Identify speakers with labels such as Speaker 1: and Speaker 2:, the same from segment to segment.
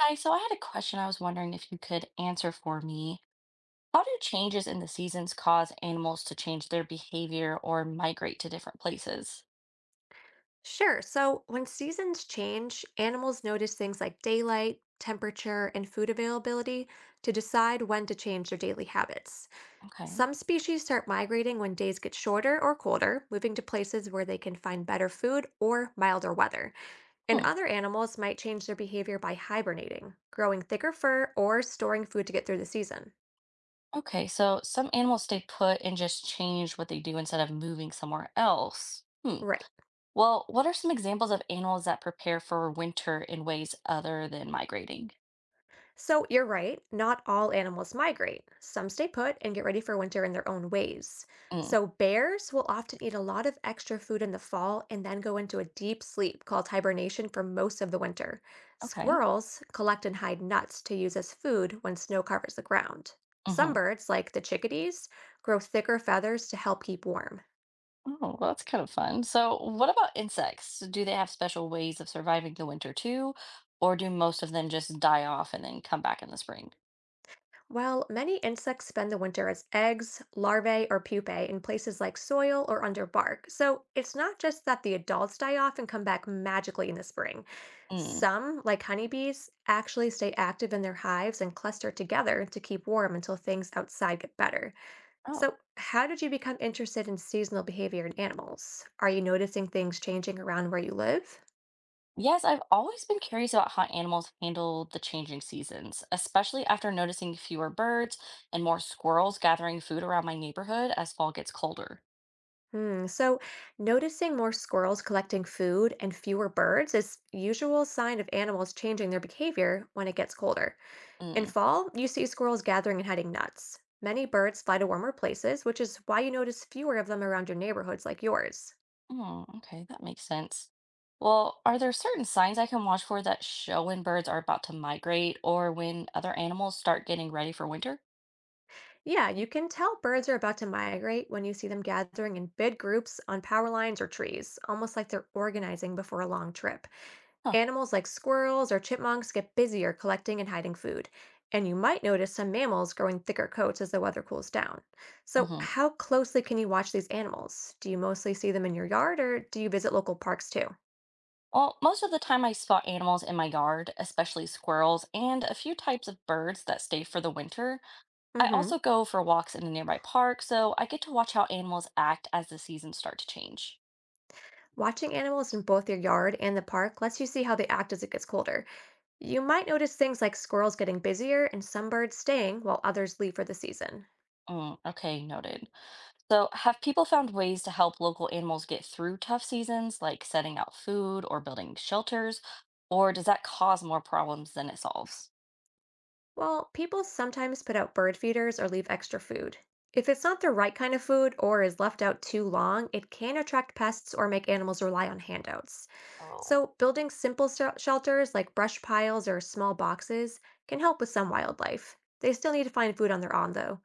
Speaker 1: Hi, so I had a question I was wondering if you could answer for me. How do changes in the seasons cause animals to change their behavior or migrate to different places?
Speaker 2: Sure. So when seasons change, animals notice things like daylight, temperature, and food availability to decide when to change their daily habits.
Speaker 1: Okay.
Speaker 2: Some species start migrating when days get shorter or colder, moving to places where they can find better food or milder weather. And
Speaker 1: Hmm.
Speaker 2: other animals might change their behavior by hibernating, growing thicker fur, or storing food to get through the season.
Speaker 1: Okay, so some animals stay put and just change what they do instead of moving somewhere else. Hmm.
Speaker 2: Right.
Speaker 1: Well, what are some examples of animals that prepare for winter in ways other than migrating?
Speaker 2: So you're right, not all animals migrate. Some stay put and get ready for winter in their own ways.
Speaker 1: Mm.
Speaker 2: So bears will often eat a lot of extra food in the fall and then go into a deep sleep called hibernation for most of the winter.
Speaker 1: Okay.
Speaker 2: Squirrels collect and hide nuts to use as food when snow covers the ground. Some birds, like the chickadees, grow thicker feathers to help keep warm.
Speaker 1: Oh, well, that's kind of fun. So, what about insects? Do they have special ways of surviving the winter too, or do most of them just die off and then come back in the spring?
Speaker 2: Well, many insects spend the winter as eggs, larvae, or pupae in places like soil or under bark. So it's not just that the adults die off and come back magically in the spring.
Speaker 1: Mm.
Speaker 2: Some, like honeybees, actually stay active in their hives and cluster together to keep warm until things outside get better.
Speaker 1: Oh,
Speaker 2: So, how did you become interested in seasonal behavior in animals? Are you noticing things changing around where you live?
Speaker 1: yes, I've always been curious about how animals handle the changing seasons, especially after noticing fewer birds and more squirrels gathering food around my neighborhood as fall gets colder.
Speaker 2: Hmm. So, noticing more squirrels collecting food and fewer birds is usual sign of animals changing their behavior when it gets colder. In
Speaker 1: Mm.
Speaker 2: fall, you see squirrels gathering and hiding nuts. Many birds fly to warmer places, which is why you notice fewer of them around your neighborhoods like yours.
Speaker 1: Oh, okay, that makes sense. Well, are there certain signs I can watch for that show when birds are about to migrate or when other animals start getting ready for winter?
Speaker 2: Yeah, you can tell birds are about to migrate when you see them gathering in big groups on power lines or trees, almost like they're organizing before a long trip.
Speaker 1: Huh.
Speaker 2: Animals like squirrels or chipmunks get busier collecting and hiding food, and you might notice some mammals growing thicker coats as the weather cools down. So,
Speaker 1: Hmm.
Speaker 2: how closely can you watch these animals? Do you mostly see them in your yard or do you visit local parks too?
Speaker 1: Well, most of the time I spot animals in my yard, especially squirrels and a few types of birds that stay for the winter. I
Speaker 2: Mm-hmm.
Speaker 1: also go for walks in the nearby park, so I get to watch how animals act as the seasons start to change.
Speaker 2: Watching animals in both your yard and the park lets you see how they act as it gets colder. You might notice things like squirrels getting busier and some birds staying while others leave for the season.
Speaker 1: Mm, okay, noted. So, have people found ways to help local animals get through tough seasons, like setting out food or building shelters, or does that cause more problems than it solves?
Speaker 2: Well, people sometimes put out bird feeders or leave extra food. If it's not the right kind of food or is left out too long, it can attract pests or make animals rely on handouts.
Speaker 1: Oh,
Speaker 2: So, building simple shelters like brush piles or small boxes can help with some wildlife. They still need to find food on their own, though.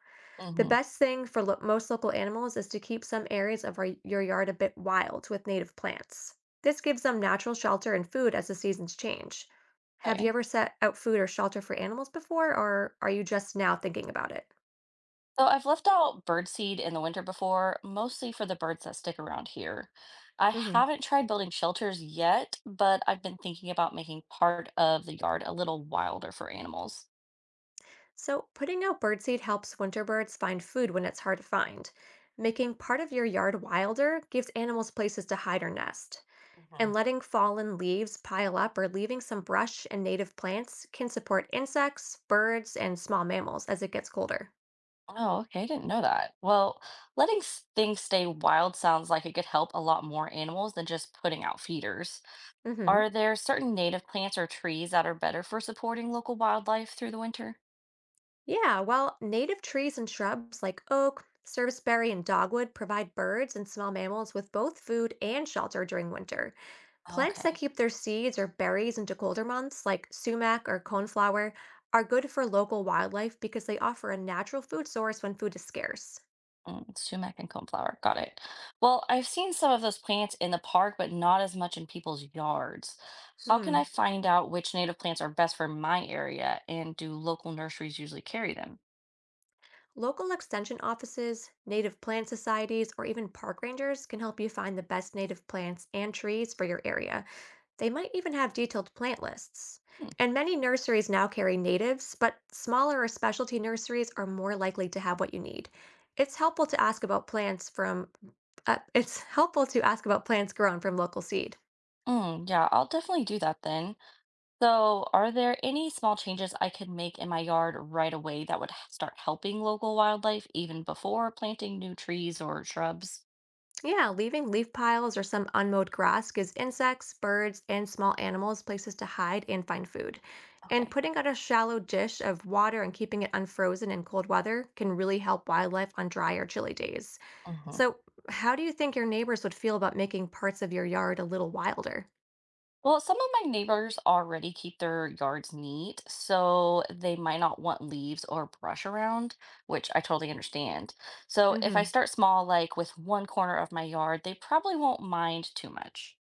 Speaker 2: The
Speaker 1: mm-hmm.
Speaker 2: best thing for most local animals is to keep some areas of your yard a bit wild with native plants. This gives them natural shelter and food as the seasons change. Have you
Speaker 1: Okay.
Speaker 2: ever set out food or shelter for animals before, or are you just now thinking about it?
Speaker 1: So I've left out birdseed in the winter before, mostly for the birds that stick around here. I
Speaker 2: Hmm.
Speaker 1: haven't tried building shelters yet, but I've been thinking about making part of the yard a little wilder for animals.
Speaker 2: So, putting out birdseed helps winter birds find food when it's hard to find. Making part of your yard wilder gives animals places to hide or nest. And
Speaker 1: Hmm.
Speaker 2: letting fallen leaves pile up or leaving some brush and native plants can support insects, birds, and small mammals as it gets colder.
Speaker 1: Oh, okay, I didn't know that. Well, things stay wild sounds like it could help a lot more animals than just putting out feeders.
Speaker 2: Hmm.
Speaker 1: Are there certain native plants or trees that are better for supporting local wildlife through the winter?
Speaker 2: Yeah, well, native trees and shrubs like oak, serviceberry, and dogwood provide birds and small mammals with both food and shelter during winter. Plants that
Speaker 1: Okay.
Speaker 2: keep their seeds or berries into colder months, like sumac or coneflower, are good for local wildlife because they offer a natural food source when food is scarce.
Speaker 1: Mm, sumac and coneflower. Got it. Well, I've seen some of those plants in the park, but not as much in people's yards. How can I
Speaker 2: Hmm.
Speaker 1: find out which native plants are best for my area, and do local nurseries usually carry them?
Speaker 2: Local extension offices, native plant societies, or even park rangers can help you find the best native plants and trees for your area. They might even have detailed plant lists.
Speaker 1: Hmm.
Speaker 2: And many nurseries now carry natives, but smaller or specialty nurseries are more likely to have what you need. It's helpful to ask about plants from it's helpful to ask about plants grown from local seed.
Speaker 1: Mm, yeah, I'll definitely do that then. So, are there any small changes I could make in my yard right away that would start helping local wildlife even before planting new trees or shrubs?
Speaker 2: Yeah, leaving leaf piles or some unmowed grass gives insects, birds, and small animals places to hide and find food. And
Speaker 1: Okay.
Speaker 2: putting out a shallow dish of water and keeping it unfrozen in cold weather can really help wildlife on dry or chilly days. So, how do you think your neighbors would feel about making parts of your yard a little wilder?
Speaker 1: Well, some of my neighbors already keep their yards neat, so they might not want leaves or brush around, which I totally understand. So if
Speaker 2: Hmm.
Speaker 1: I start small, like with one corner of my yard, they probably won't mind too much.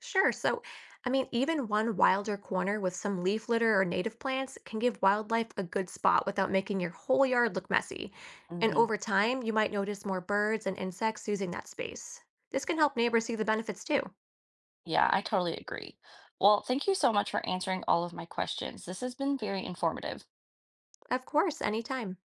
Speaker 2: Sure. So, I mean, even one wilder corner with some leaf litter or native plants can give wildlife a good spot without making your whole yard look messy. And
Speaker 1: Hmm.
Speaker 2: over time, you might notice more birds and insects using that space. This can help neighbors see the benefits too.
Speaker 1: Yeah, I totally agree. Well, thank you so much for answering all of my questions. This has been very informative.
Speaker 2: Of course, anytime.